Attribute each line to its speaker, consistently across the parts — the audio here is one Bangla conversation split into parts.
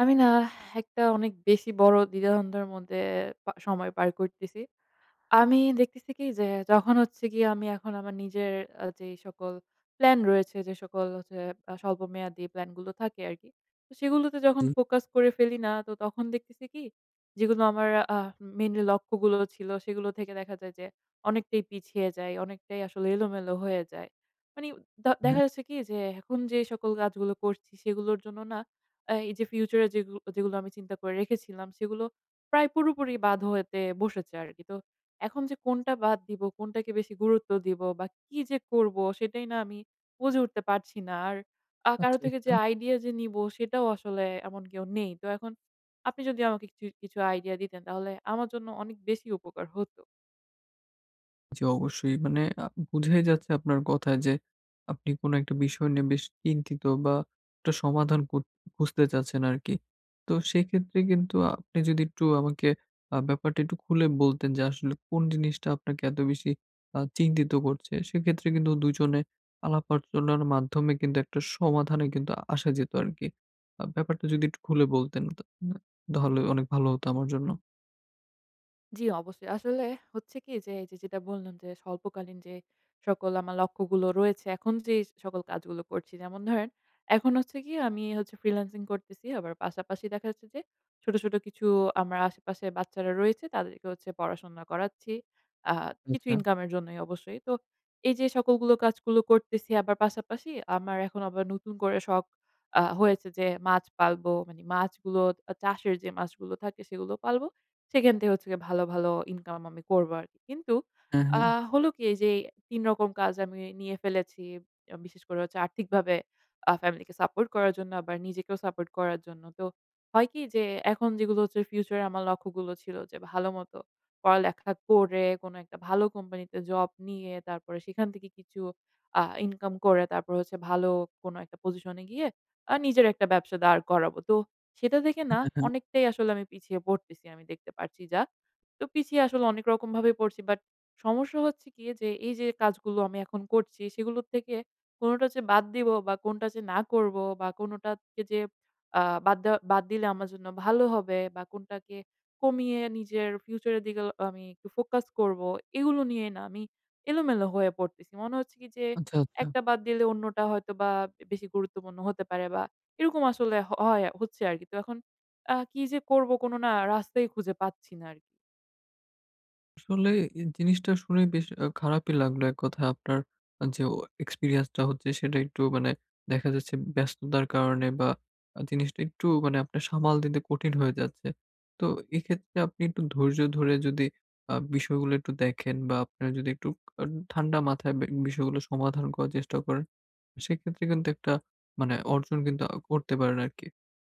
Speaker 1: আমি না একটা অনেক বেশি বড় দ্বিধাদ্বন্দ্বের মধ্যে সময় পার করতেছি। আমি দেখতেছি কি যে যখন হচ্ছে গিয়ে আমি এখন আমার নিজের যেই সকল প্ল্যান রয়েছে, যে সকল হচ্ছে স্বল্পমেয়াদী প্ল্যান গুলো থাকে আরকি। তো সেগুলোতে যখন
Speaker 2: জি,
Speaker 1: ফোকাস করে ফেলি না, তো তখন দেখতেছি কি যেগুলো আমার আ মেইনলি লক্ষ্যগুলো ছিল সেগুলো থেকে দেখা যায় যে অনেকটাই পিছিয়ে যাই, অনেকটাই আসলে এলোমেলো হয়ে যায়। মানে
Speaker 2: হ্যাঁ।
Speaker 1: দেখা যাচ্ছে কি যে এখন যে সকল কাজগুলো করছি সেগুলোর জন্য না এই যে ফিউচার এ যেগুলো যেগুলো আমি চিন্তা করে রেখেছিলাম সেগুলো প্রায় পুরোপুরি বাদ হতে বসেছে আরকি। তো এখন যে কোনটা বাদ দিব, কোনটাকে বেশি গুরুত্ব দিব বা কি যে করব সেটাই না আমি বুঝে উঠতে পারছি না। আর কারো
Speaker 2: আচ্ছা,
Speaker 1: থেকে
Speaker 2: আচ্ছা।
Speaker 1: যে আইডিয়া যে নিবো সেটাও আসলে এমন কেউ নেই। তো এখন আপনি যদি আমাকে কিছু, কিছু আইডিয়া দিতেন তাহলে আমার জন্য অনেক বেশি উপকার হতো।
Speaker 2: জি, অবশ্যই। মানে বুঝাই যাচ্ছে আপনার কথায় যে আপনি কোনো একটা বিষয় নিয়ে বেশ চিন্তিত, বা একটা সমাধান খুঁজতে চাচ্ছেন আরকি। তো সেক্ষেত্রে কিন্তু আপনি যদি একটু আমাকে ব্যাপারটা একটু খুলে বলতেন যে আসলে কোন জিনিসটা আপনাকে এত বেশি চিন্তিত করছে। সেক্ষেত্রে কিন্তু দুজনে আলাপ আলোচনার মাধ্যমে কিন্তু একটা সমাধানে কিন্তু আসা যেত আরকি। ব্যাপারটা যদি একটু খুলে বলতেন, তাহলে অনেক ভালো হতো আমার জন্য।
Speaker 1: জি, অবশ্যই। আসলে হচ্ছে কি যে, এই যে যেটা বললাম যে স্বল্পকালীন যে সকল আমার লক্ষ্যগুলো রয়েছে, এখন যে সকল কাজগুলো করছি যেমন ধরেন এখন হচ্ছে কি আমি হচ্ছে ফ্রিল্যান্সিং করতেছি। আবার পাশাপাশি দেখা যাচ্ছে যে ছোট, ছোট কিছু আমার আশেপাশে বাচ্চারা রয়েছে তাদেরকে হচ্ছে পড়াশোনা করাচ্ছি। আ কিছু
Speaker 2: আচ্ছা।
Speaker 1: ইনকামের জন্যই অবশ্যই। তো এই যে সকলগুলো কাজগুলো করতেছি আবার পাশাপাশি আমার এখন আবার নতুন করে শখ হয়েছে যে মাছ পালবো। মানে মাছগুলো চাষের যে মাছগুলো থাকে সেগুলো পালবো। সেখান থেকে হচ্ছে গিয়ে ভালো, ভালো ইনকাম আমি করবো আরকি। কিন্তু
Speaker 2: হ্যাঁ,
Speaker 1: আ
Speaker 2: হ্যাঁ।
Speaker 1: হলো কি এই যে ৩ রকম কাজ আমি নিয়ে ফেলেছি। বিশেষ করে হচ্ছে আর্থিকভাবে ফ্যামিলিকে সাপোর্ট করার জন্য আবার নিজেকেও সাপোর্ট করার জন্য। তো হয় কি যে এখন যেগুলো হচ্ছে ফিউচারে আমার লক্ষ্যগুলো ছিল যে ভালোমতো পড়ালেখা করে কোনো একটা ভালো কোম্পানিতে জব নিয়ে তারপরে সেখান থেকে কিছু ইনকাম করে তারপর হচ্ছে ভালো কোনো একটা পজিশনে গিয়ে নিজের একটা ব্যবসা দাঁড় করাবো। তো সেটা থেকে
Speaker 2: হ্যাঁ,
Speaker 1: না
Speaker 2: হ্যাঁ।
Speaker 1: অনেকটাই আসলে আমি পিছিয়ে পড়তেছি আমি দেখতে পারছি যা। তো পিছিয়ে আসলে অনেক রকমভাবে পড়ছি। বাট সমস্যা হচ্ছে কি যে এই যে কাজগুলো আমি এখন করছি সেগুলোর থেকে কোনটা যে বাদ দিব বা কোনটা যে না করব বা কোনটাকে যে আ বাদ দিলে আমার জন্য ভালো হবে বা কোনটাকে কমিয়ে নিজের ফিউচার এর দিকে আমি একটু ফোকাস করব। এগুলো নিয়ে না আমি এলোমেলো হয়ে পড়তেছি। মনে হচ্ছে কি যে
Speaker 2: আচ্ছা, আচ্ছা।
Speaker 1: একটা বাদ দিলে অন্যটা হয়তোবা বেশি গুরুত্বপূর্ণ হতে পারে বা এরকম আসলে হয় হচ্ছে আরকি। তো এখন কি যে করব কোনো না রাস্তাই খুঁজে পাচ্ছি না আরকি।
Speaker 2: আসলে এই জিনিসটা শুনে বেশ খারাপই লাগলো এক কথায়। আপনার আ যে ও এক্সপেরিয়েন্সটা হচ্ছে, সেটা একটু মানে দেখা যাচ্ছে ব্যস্ততার কারণে বা জিনিসটা একটু মানে আপনার সামাল দিতে কঠিন হয়ে যাচ্ছে। তো এক্ষেত্রে আপনি একটু ধৈর্য ধরে যদি বিষয়গুলো একটু দেখেন বা আপনার যদি একটু আ ঠান্ডা মাথায় বিষয়গুলো সমাধান করার চেষ্টা করেন, সেক্ষেত্রে কিন্তু একটা মানে অর্জন কিন্তু করতে পারেন আরকি।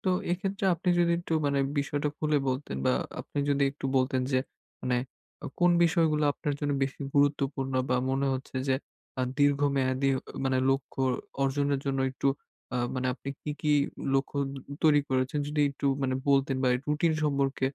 Speaker 2: তো এক্ষেত্রে আপনি যদি একটু মানে বিষয়টা খুলে বলতেন, বা আপনি যদি একটু বলতেন যে মানে কোন বিষয়গুলো আপনার জন্য বেশি গুরুত্বপূর্ণ, বা মনে হচ্ছে যে দীর্ঘমেয়াদী মানে লক্ষ্য অর্জনের জন্য একটু মানে আপনি কি, কি লক্ষ্য তৈরি করেছেন, যদি একটু মানে বলতেন, বা রুটিন সম্পর্কে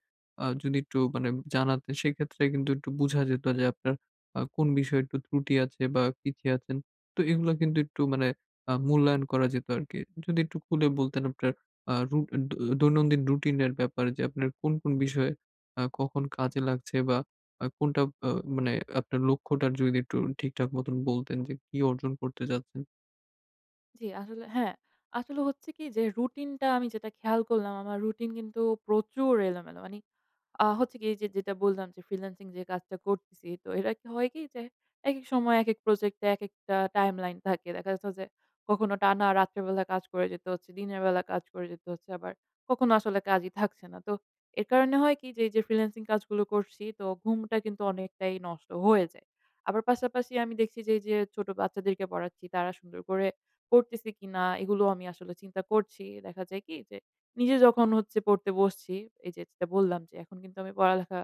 Speaker 2: যদি একটু মানে জানাতেন, সেক্ষেত্রে কিন্তু একটু বুঝা যেত যে আপনার কোন বিষয়ে একটু ত্রুটি আছে বা পিছিয়ে আছেন। তো এগুলো কিন্তু একটু মানে মূল্যায়ন করা যেত আরকি। যদি একটু খুলে বলতেন আপনার আ রু দ দৈনন্দিন রুটিনের ব্যাপারে, যে আপনার কোন, কোন বিষয়ে কখন কাজে লাগছে, বা আ কোনটা আ মানে আপনার লক্ষ্যটা যদি একটু ঠিকঠাক মতন বলতেন যে কি অর্জন করতে চাচ্ছেন?
Speaker 1: জি, আসলে হ্যাঁ, আসলে হচ্ছে কি যে রুটিনটা আমি যেটা খেয়াল করলাম আমার রুটিন কিন্তু প্রচুর এলোমেলো। মানে হচ্ছে কি এইযে যেটা বললাম যে ফ্রিল্যান্সিং যে কাজটা করতেছি, তো এটা কি হয় কি যে একেক সময় একেক প্রজেক্টে একেকটা টাইমলাইন থাকে। দেখা যাচ্ছে যে কখনো টানা রাত্রের বেলা কাজ করে যেতে হচ্ছে, দিনের বেলা কাজ করে যেতে হচ্ছে, আবার কখনো আসলে কাজই থাকছে না। তো এর কারণে হয় কি যে এইযে ফ্রিল্যান্সিং কাজগুলো করছি তো ঘুমটা কিন্তু অনেকটাই নষ্ট হয়ে যায়। আবার পাশাপাশি আমি দেখছি যে এইযে ছোট বাচ্চাদেরকে পড়াচ্ছি তারা সুন্দর করে পড়তেছে কিনা এগুলো আমি আসলে চিন্তা করছি। দেখা যায় কি যে নিজে যখন হচ্ছে পড়তে বসছি, এই যে যেটা বললাম যে এখন কিন্তু আমি পড়ালেখা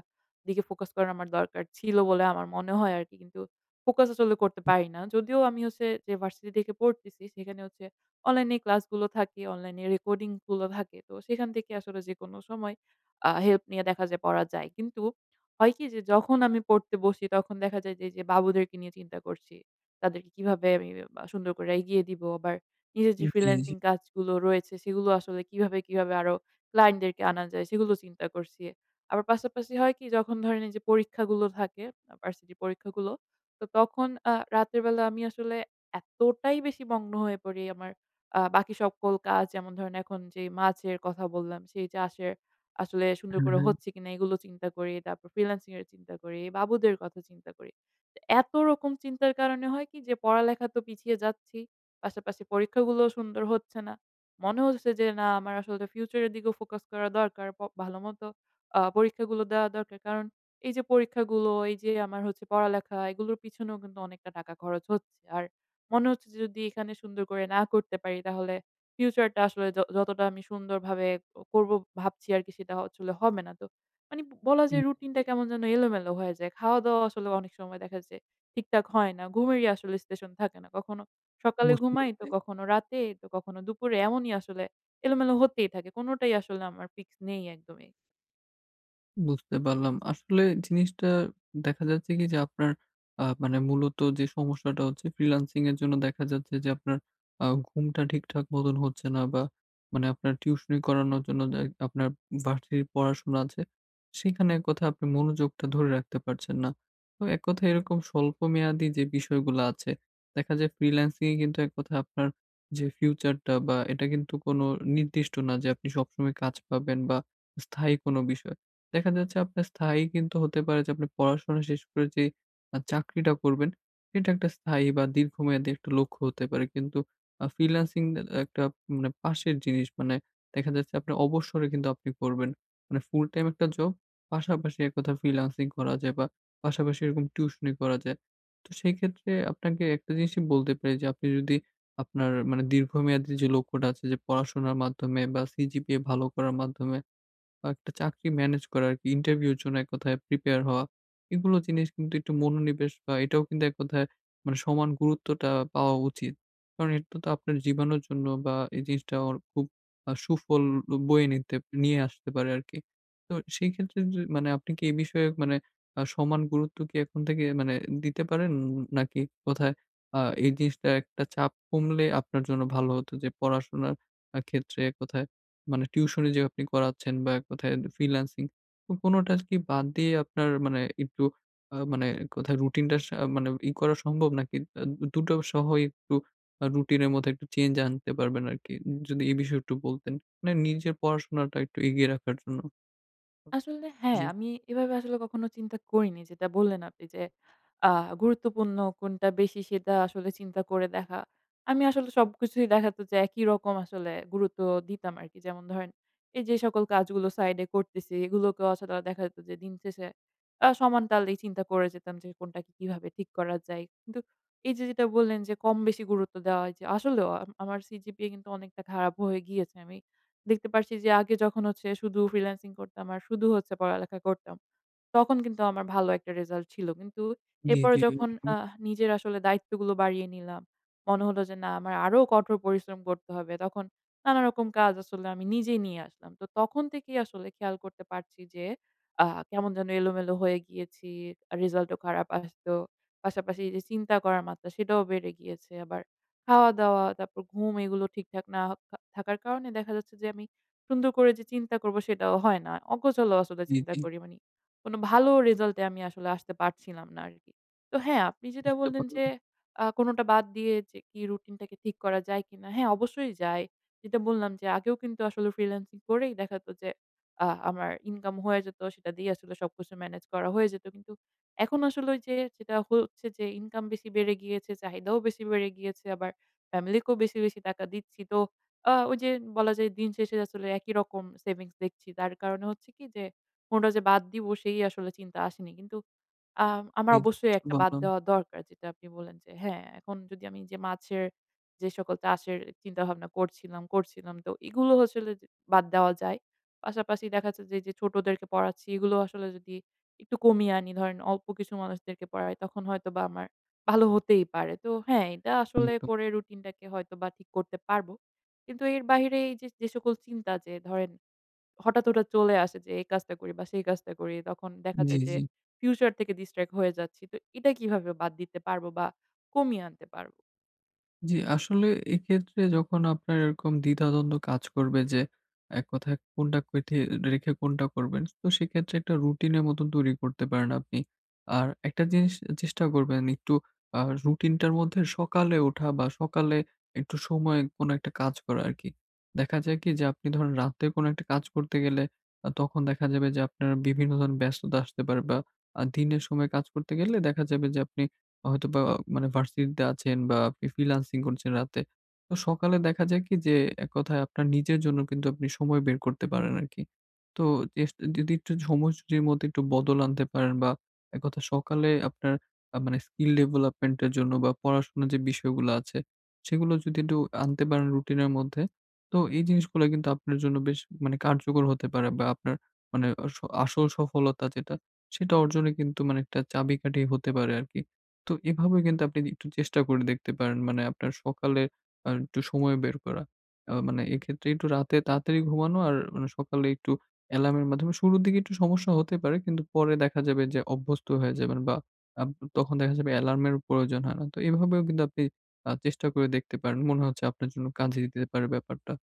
Speaker 1: দিকে ফোকাস করা আমার দরকার ছিল বলে আমার মনে হয় আরকি। কিন্তু ফোকাস আসলে করতে পারি না। যদিও আমি হচ্ছে যে ভার্সিটি থেকে পড়তেছি সেখানে হচ্ছে অনলাইনে ক্লাসগুলো থাকে, অনলাইনে রেকর্ডিং গুলো থাকে। তো সেখান থেকে আসলে যেকোনো সময় হেল্প নিয়ে দেখা যায় পড়া যায়। কিন্তু হয় কি যে যখন আমি পড়তে বসি তখন দেখা যায় যে, যে বাবুদেরকে নিয়ে চিন্তা করছি। তাদেরকে কিভাবে আমি সুন্দর করে এগিয়ে দিবো আবার নিজের যে
Speaker 2: জি, জি।
Speaker 1: ফ্রিল্যান্সিং কাজগুলো রয়েছে সেগুলো আসলে কিভাবে, কিভাবে আরো ক্লায়েন্ট দেরকে আনা যায় সেগুলো চিন্তা করছি। আবার পাশাপাশি হয় কি যখন ধরেন এই যে পরীক্ষাগুলো থাকে, ভার্সিটির পরীক্ষাগুলো, তো তখন রাতের বেলা আমি আসলে এতটাই বেশি মগ্ন হয়ে পড়ি আমার বাকি সকল কাজ যেমন ধরেন এখন যে মাছের কথা বললাম, সেই চাষের আসলে সুন্দর
Speaker 2: হ্যাঁ,
Speaker 1: করে
Speaker 2: হ্যাঁ।
Speaker 1: হচ্ছে কিনা এগুলো চিন্তা করি। তারপর ফ্রিল্যান্সিং এর চিন্তা করি, বাবুদের কথা চিন্তা করি। তো এত রকম চিন্তার কারণে হয় কি যে পড়ালেখা তো পিছিয়ে যাচ্ছি। পাশাপাশি পরীক্ষাগুলোও সুন্দর হচ্ছে না। মনে হচ্ছে যে না আমার আসলে ফিউচারের দিকেও ফোকাস করা দরকার। ভালোমতো পরীক্ষাগুলো দেওয়া দরকার। কারণ এই যে পরীক্ষাগুলো, এই যে আমার হচ্ছে পড়ালেখা এগুলোর পিছনেও কিন্তু অনেকটা টাকা খরচ হচ্ছে। আর মনে হচ্ছে যে যদি এখানে সুন্দর করে না করতে পারি তাহলে ফিউচারটা আসলে যতটা আমি সুন্দরভাবে করব ভাবছি আরকি সেটা আসলে হবে না। তো মানে বলা
Speaker 2: হুম,
Speaker 1: যায় রুটিনটা কেমন যেন এলোমেলো হয়ে যায়। খাওয়া-দাওয়া আসলে অনেক সময় দেখা যায় ঠিকঠাক হয় না। ঘুমেরই আসলে স্টেশন থাকে না। কখনো সকালে
Speaker 2: বুঝতে
Speaker 1: ঘুমাই তো
Speaker 2: পারছি।
Speaker 1: কখনো রাতে তো কখনো দুপুরে এমনই আসলে এলোমেলো হতেই থাকে। কোনটাই আসলে আমার ফিক্স নেই একদমই।
Speaker 2: বুঝতে পারলাম। আসলে জিনিসটা দেখা যাচ্ছে কি যে আপনার মানে মূলত যে সমস্যাটা হচ্ছে, ফ্রিল্যান্সিং এর জন্য দেখা যাচ্ছে যে আপনার ঘুমটা ঠিকঠাক মতন হচ্ছে না, বা মানে আপনার টিউশনি করানোর জন্য যে আপনার ভার্সিটির পড়াশোনা আছে, সেখানে এক কথায় আপনি মনোযোগটা ধরে রাখতে পারছেন না। তো এক কথায় এরকম স্বল্পমেয়াদী যে বিষয়গুলো আছে, দেখা যায় ফ্রিল্যান্সিং এ কিন্তু এক কথায় আপনার যে ফিউচারটা, বা এটা কিন্তু কোনো নির্দিষ্ট না যে আপনি সবসময় কাজ পাবেন বা স্থায়ী কোনো বিষয়। দেখা যাচ্ছে আপনার স্থায়ী কিন্তু হতে পারে যে আপনি পড়াশোনা শেষ করে যে চাকরিটা করবেন, সেটা একটা স্থায়ী বা দীর্ঘমেয়াদী একটা লক্ষ্য হতে পারে। কিন্তু ফ্রিল্যান্সিং এ একটা মানে পাশের জিনিস। মানে দেখা যাচ্ছে আপনি অবসরে কিন্তু আপনি করবেন। মানে ফুল টাইম একটা জব, পাশাপাশি এক কথায় ফ্রিল্যান্সিং করা যায়, বা পাশাপাশি এরকম টিউশনি করা যায়। তো সেই ক্ষেত্রে আপনাকে একটা জিনিসই বলতে পারি, যে আপনি যদি আপনার মানে দীর্ঘমেয়াদী যে লক্ষ্যটা আছে, যে পড়াশোনার মাধ্যমে বা সিজিপিএ ভালো করার মাধ্যমে বা একটা চাকরি ম্যানেজ করা আরকি, ইন্টারভিউর জন্য এক কথায় প্রিপেয়ার হওয়া। এগুলো জিনিস কিন্তু একটু মনোনিবেশ, বা এটাও কিন্তু এক কথায় মানে সমান গুরুত্বটা পাওয়া উচিত। কারণ এটা তো আপনার জীবনের জন্য, বা এই জিনিসটা ওর খুব সুফল বয়ে নিতে নিয়ে আসতে পারে আরকি। তো সেই ক্ষেত্রে মানে আপনি কি এই বিষয়ে মানে সমান গুরুত্ব কি এখন থেকে মানে দিতে পারেন? নাকি কোথায় এই জিনিসটা একটা চাপ কমলে আপনার জন্য ভালো হতো, যে পড়াশোনার ক্ষেত্রে কোথায় মানে টিউশনি যে আপনি করাচ্ছেন বা এক কথায় ফ্রিল্যান্সিং, তো কোনোটা কি বাদ দিয়ে আপনার মানে একটু মানে এক কথায় রুটিনটা মানে করা সম্ভব, নাকি আ দুটো সহই একটু রুটিনের মধ্যে একটু চেঞ্জ আনতে পারবেন আরকি? যদি এই বিষয়ে একটু বলতেন। মানে নিজের পড়াশোনাটা একটু এগিয়ে রাখার জন্য।
Speaker 1: আসলে হ্যাঁ,
Speaker 2: জি,
Speaker 1: আমি এভাবে আসলে কখনো চিন্তা করিনি। যেটা বললেন আপনি যে, আ গুরুত্বপূর্ণ কোনটা বেশি সেটা আসলে চিন্তা করে দেখা। আমি আসলে সবকিছুই দেখাতো যে একই রকম আসলে গুরুত্ব দিতাম আরকি। যেমন ধরেন এই যে সকল কাজগুলো সাইডে করতেছি এগুলোকেও আসলে দেখা যেত যে দিন শেষে সমান তালেই চিন্তা করে যেতাম যে কোনটাকে কিভাবে ঠিক করা যায়। কিন্তু এই যে যেটা বললেন যে কম বেশি গুরুত্ব দেওয়া হয় যে আসলেও আমার CGPA কিন্তু অনেকটা খারাপ হয়ে গিয়েছে। আমি দেখতে পারছি যে আগে যখন হচ্ছে শুধু ফ্রিল্যান্সিং করতাম আর শুধু হচ্ছে পড়ালেখা করতাম। তখন কিন্তু আমার ভালো একটা রেজাল্ট ছিল। কিন্তু
Speaker 2: জি,
Speaker 1: এরপরে
Speaker 2: জি,
Speaker 1: যখন
Speaker 2: একদম।
Speaker 1: নিজের আসলে দায়িত্বগুলো বাড়িয়ে নিলাম, মনে হলো যে না আমার আরো কঠোর পরিশ্রম করতে হবে। তখন নানা রকম কাজ আসলে আমি নিজেই নিয়ে আসলাম। তো তখন থেকেই আসলে খেয়াল করতে পারছি যে আ কেমন যেন এলোমেলো হয়ে গিয়েছি। রেজাল্টও খারাপ আসতো। পাশাপাশি এই যে চিন্তা করার মাত্রা সেটাও বেড়ে গিয়েছে। আবার খাওয়া-দাওয়া, তারপর ঘুম এগুলো ঠিকঠাক না থাকার কারণে দেখা যাচ্ছে যে আমি সুন্দর করে যে চিন্তা করব সেটাও হয় না। অগোছালো আসলে
Speaker 2: জি,
Speaker 1: চিন্তা
Speaker 2: জি।
Speaker 1: করি। মানে কোন ভালো রেজাল্টে আমি আসলে আসতে পারছিলাম না আরকি। তো হ্যাঁ, আপনি যেটা
Speaker 2: বুঝতে
Speaker 1: বললেন
Speaker 2: পারলাম।
Speaker 1: যে কোনটা বাদ দিয়ে যে কি রুটিনটাকে ঠিক করা যায় কিনা? হ্যাঁ, অবশ্যই যায়। যেটা বললাম যে আগেও কিন্তু আসলে ফ্রিল্যান্সিং করেই দেখা যেত যে আমার ইনকাম হয়ে যেত। সেটা দিয়ে আসলে সবকিছু ম্যানেজ করা হয়ে যেত। কিন্তু এখন আসলে ওই যে যেটা হচ্ছে যে ইনকাম বেশি বেড়ে গিয়েছে, চাহিদাও বেশি বেড়ে গিয়েছে। আবার ফ্যামিলিকেও বেশি, বেশি টাকা দিচ্ছি। তো ওই যে বলা যায় দিন শেষে আসলে একই রকম সেভিংস দেখছি। তার কারণে হচ্ছে কি যে কোনটা যে বাদ দিব সেই আসলে চিন্তা আসেনি। কিন্তু আমার
Speaker 2: জি, জি,
Speaker 1: অবশ্যই
Speaker 2: বুঝতে
Speaker 1: একটা বাদ
Speaker 2: পারলাম।
Speaker 1: দেওয়া দরকার যেটা আপনি বললেন যে হ্যাঁ, এখন যদি আমি যে মাছের যে সকল চাষের চিন্তাভাবনা করছিলাম, তো এগুলো আসলে যে বাদ দেওয়া যায়। পাশাপাশি দেখা যাচ্ছে যে, যে ছোটদেরকে পড়াচ্ছি এগুলো আসলে যদি একটু কমিয়ে আনি ধরেন অল্প কিছু মানুষদেরকে পড়াই তখন হয়তোবা আমার ভালো হতেই পারে। তো হ্যাঁ, এটা আসলে
Speaker 2: একদম।
Speaker 1: করে রুটিনটাকে হয়তোবা ঠিক করতে পারব। কিন্তু এর বাহিরে এই যে, যে সকল চিন্তা যে ধরেন হঠাৎ, হঠাৎ চলে আসে যে এই কাজটা করি বা সেই কাজটা করি। তখন দেখা
Speaker 2: জি,
Speaker 1: যায় যে
Speaker 2: জি।
Speaker 1: ফিউচার থেকে distract হয়ে যাচ্ছি। তো এটা কিভাবে বাদ দিতে পারবো বা কমিয়ে আনতে পারবো?
Speaker 2: জি, আসলে এক্ষেত্রে যখন আপনার এরকম দ্বিধাদ্বন্দ্ব কাজ করবে, যে এক কথায় কোনটা কেথে রেখে কোনটা করবেন, তো সেক্ষেত্রে একটা রুটিনের মতন তৈরি করতে পারেন আপনি। আর একটা জিনিস, চেষ্টা করবেন একটু আ রুটিনটার মধ্যে সকালে ওঠা, বা সকালে একটু সময় কোনো একটা কাজ করা আরকি। দেখা যায় কি যে আপনি ধরেন রাতে কোনো একটা কাজ করতে গেলে তখন দেখা যাবে যে আপনার বিভিন্ন ধরনের ব্যস্ততা আসতে পারে, বা দিনের সময় কাজ করতে গেলে দেখা যাবে যে আপনি হয়তোবা মানে ভার্সিটিতে আছেন, বা আপনি ফ্রিল্যান্সিং করছেন রাতে। তো সকালে দেখা যায় কি যে এক কথায় আপনার নিজের জন্য কিন্তু আপনি সময় বের করতে পারেন আরকি। তো এস যদি একটু সময়সূচির মধ্যে একটু বদল আনতে পারেন, বা এক কথায় সকালে আপনার মানে স্কিল ডেভেলপমেন্ট এর জন্য বা পড়াশোনার যে বিষয়গুলো আছে সেগুলো যদি একটু আনতে পারেন রুটিনের মধ্যে, তো এই জিনিসগুলা কিন্তু আপনার জন্য বেশ মানে কার্যকর হতে পারে, বা আপনার মানে আসল সফলতা যেটা, সেটা অর্জনে কিন্তু মানে একটা চাবিকাঠি হতে পারে আরকি। তো এভাবে কিন্তু আপনি একটু চেষ্টা করে দেখতে পারেন। মানে আপনার সকালে একটু সময় বের করা। মানে এক্ষেত্রে একটু রাতে তাড়াতাড়ি ঘুমানো, আর মানে সকালে একটু অ্যালার্মের মাধ্যমে শুরুর দিকে একটু সমস্যা হতে পারে। কিন্তু পরে দেখা যাবে যে অভ্যস্ত হয়ে যাবেন, বা আপ তখন দেখা যাবে অ্যালার্মের প্রয়োজন হয় না। তো এভাবেও কিন্তু আপনি চেষ্টা করে দেখতে পারেন। মনে হচ্ছে আপনার জন্য কাজে দিতে পারে ব্যাপারটা।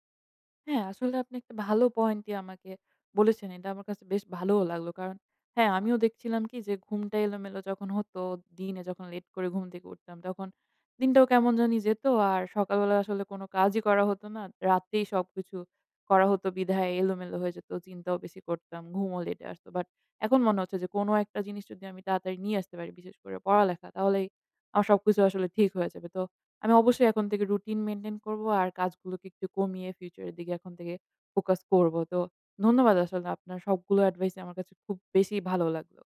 Speaker 1: হ্যাঁ, আসলে আপনি একটা ভালো পয়েন্টই আমাকে বলেছেন। এটা আমার কাছে বেশ ভালোও লাগলো। কারণ হ্যাঁ, আমিও দেখছিলাম কি যে ঘুমটা এলোমেলো যখন হতো, দিনে যখন লেট করে ঘুম থেকে উঠতাম, তখন দিনটাও কেমন জানি যেত। আর সকালবেলা আসলে কোনো কাজই করা হতো না। রাতেই সবকিছু করা হতো বিধায় এলোমেলো হয়ে যেত। চিন্তাও বেশি করতাম, ঘুমও লেটে আসতো। বাট এখন মনে হচ্ছে যে কোনো একটা জিনিস যদি আমি তাড়াতাড়ি নিয়ে আসতে পারি, বিশেষ করে পড়ালেখা, তাহলেই আমার সবকিছু আসলে ঠিক হয়ে যাবে। তো আমি অবশ্যই এখন থেকে রুটিন মেইনটেইন করবো আর কাজগুলোকে একটু কমিয়ে ফিউচার এর দিকে এখন থেকে ফোকাস করব। তো ধন্যবাদ আসলে আপনার সবগুলো এডভাইস আমার কাছে খুব বেশি ভালো লাগলো।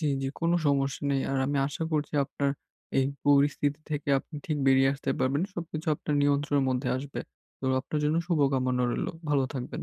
Speaker 2: জি, জি। কোনো সমস্যা নেই। আর আমি আশা করছি আপনার এই পরিস্থিতি থেকে আপনি ঠিক বেরিয়ে আসতে পারবেন। সবকিছু আপনার নিয়ন্ত্রণের মধ্যে আসবে। তো আপনার জন্য শুভকামনা রইলো। ভালো থাকবেন।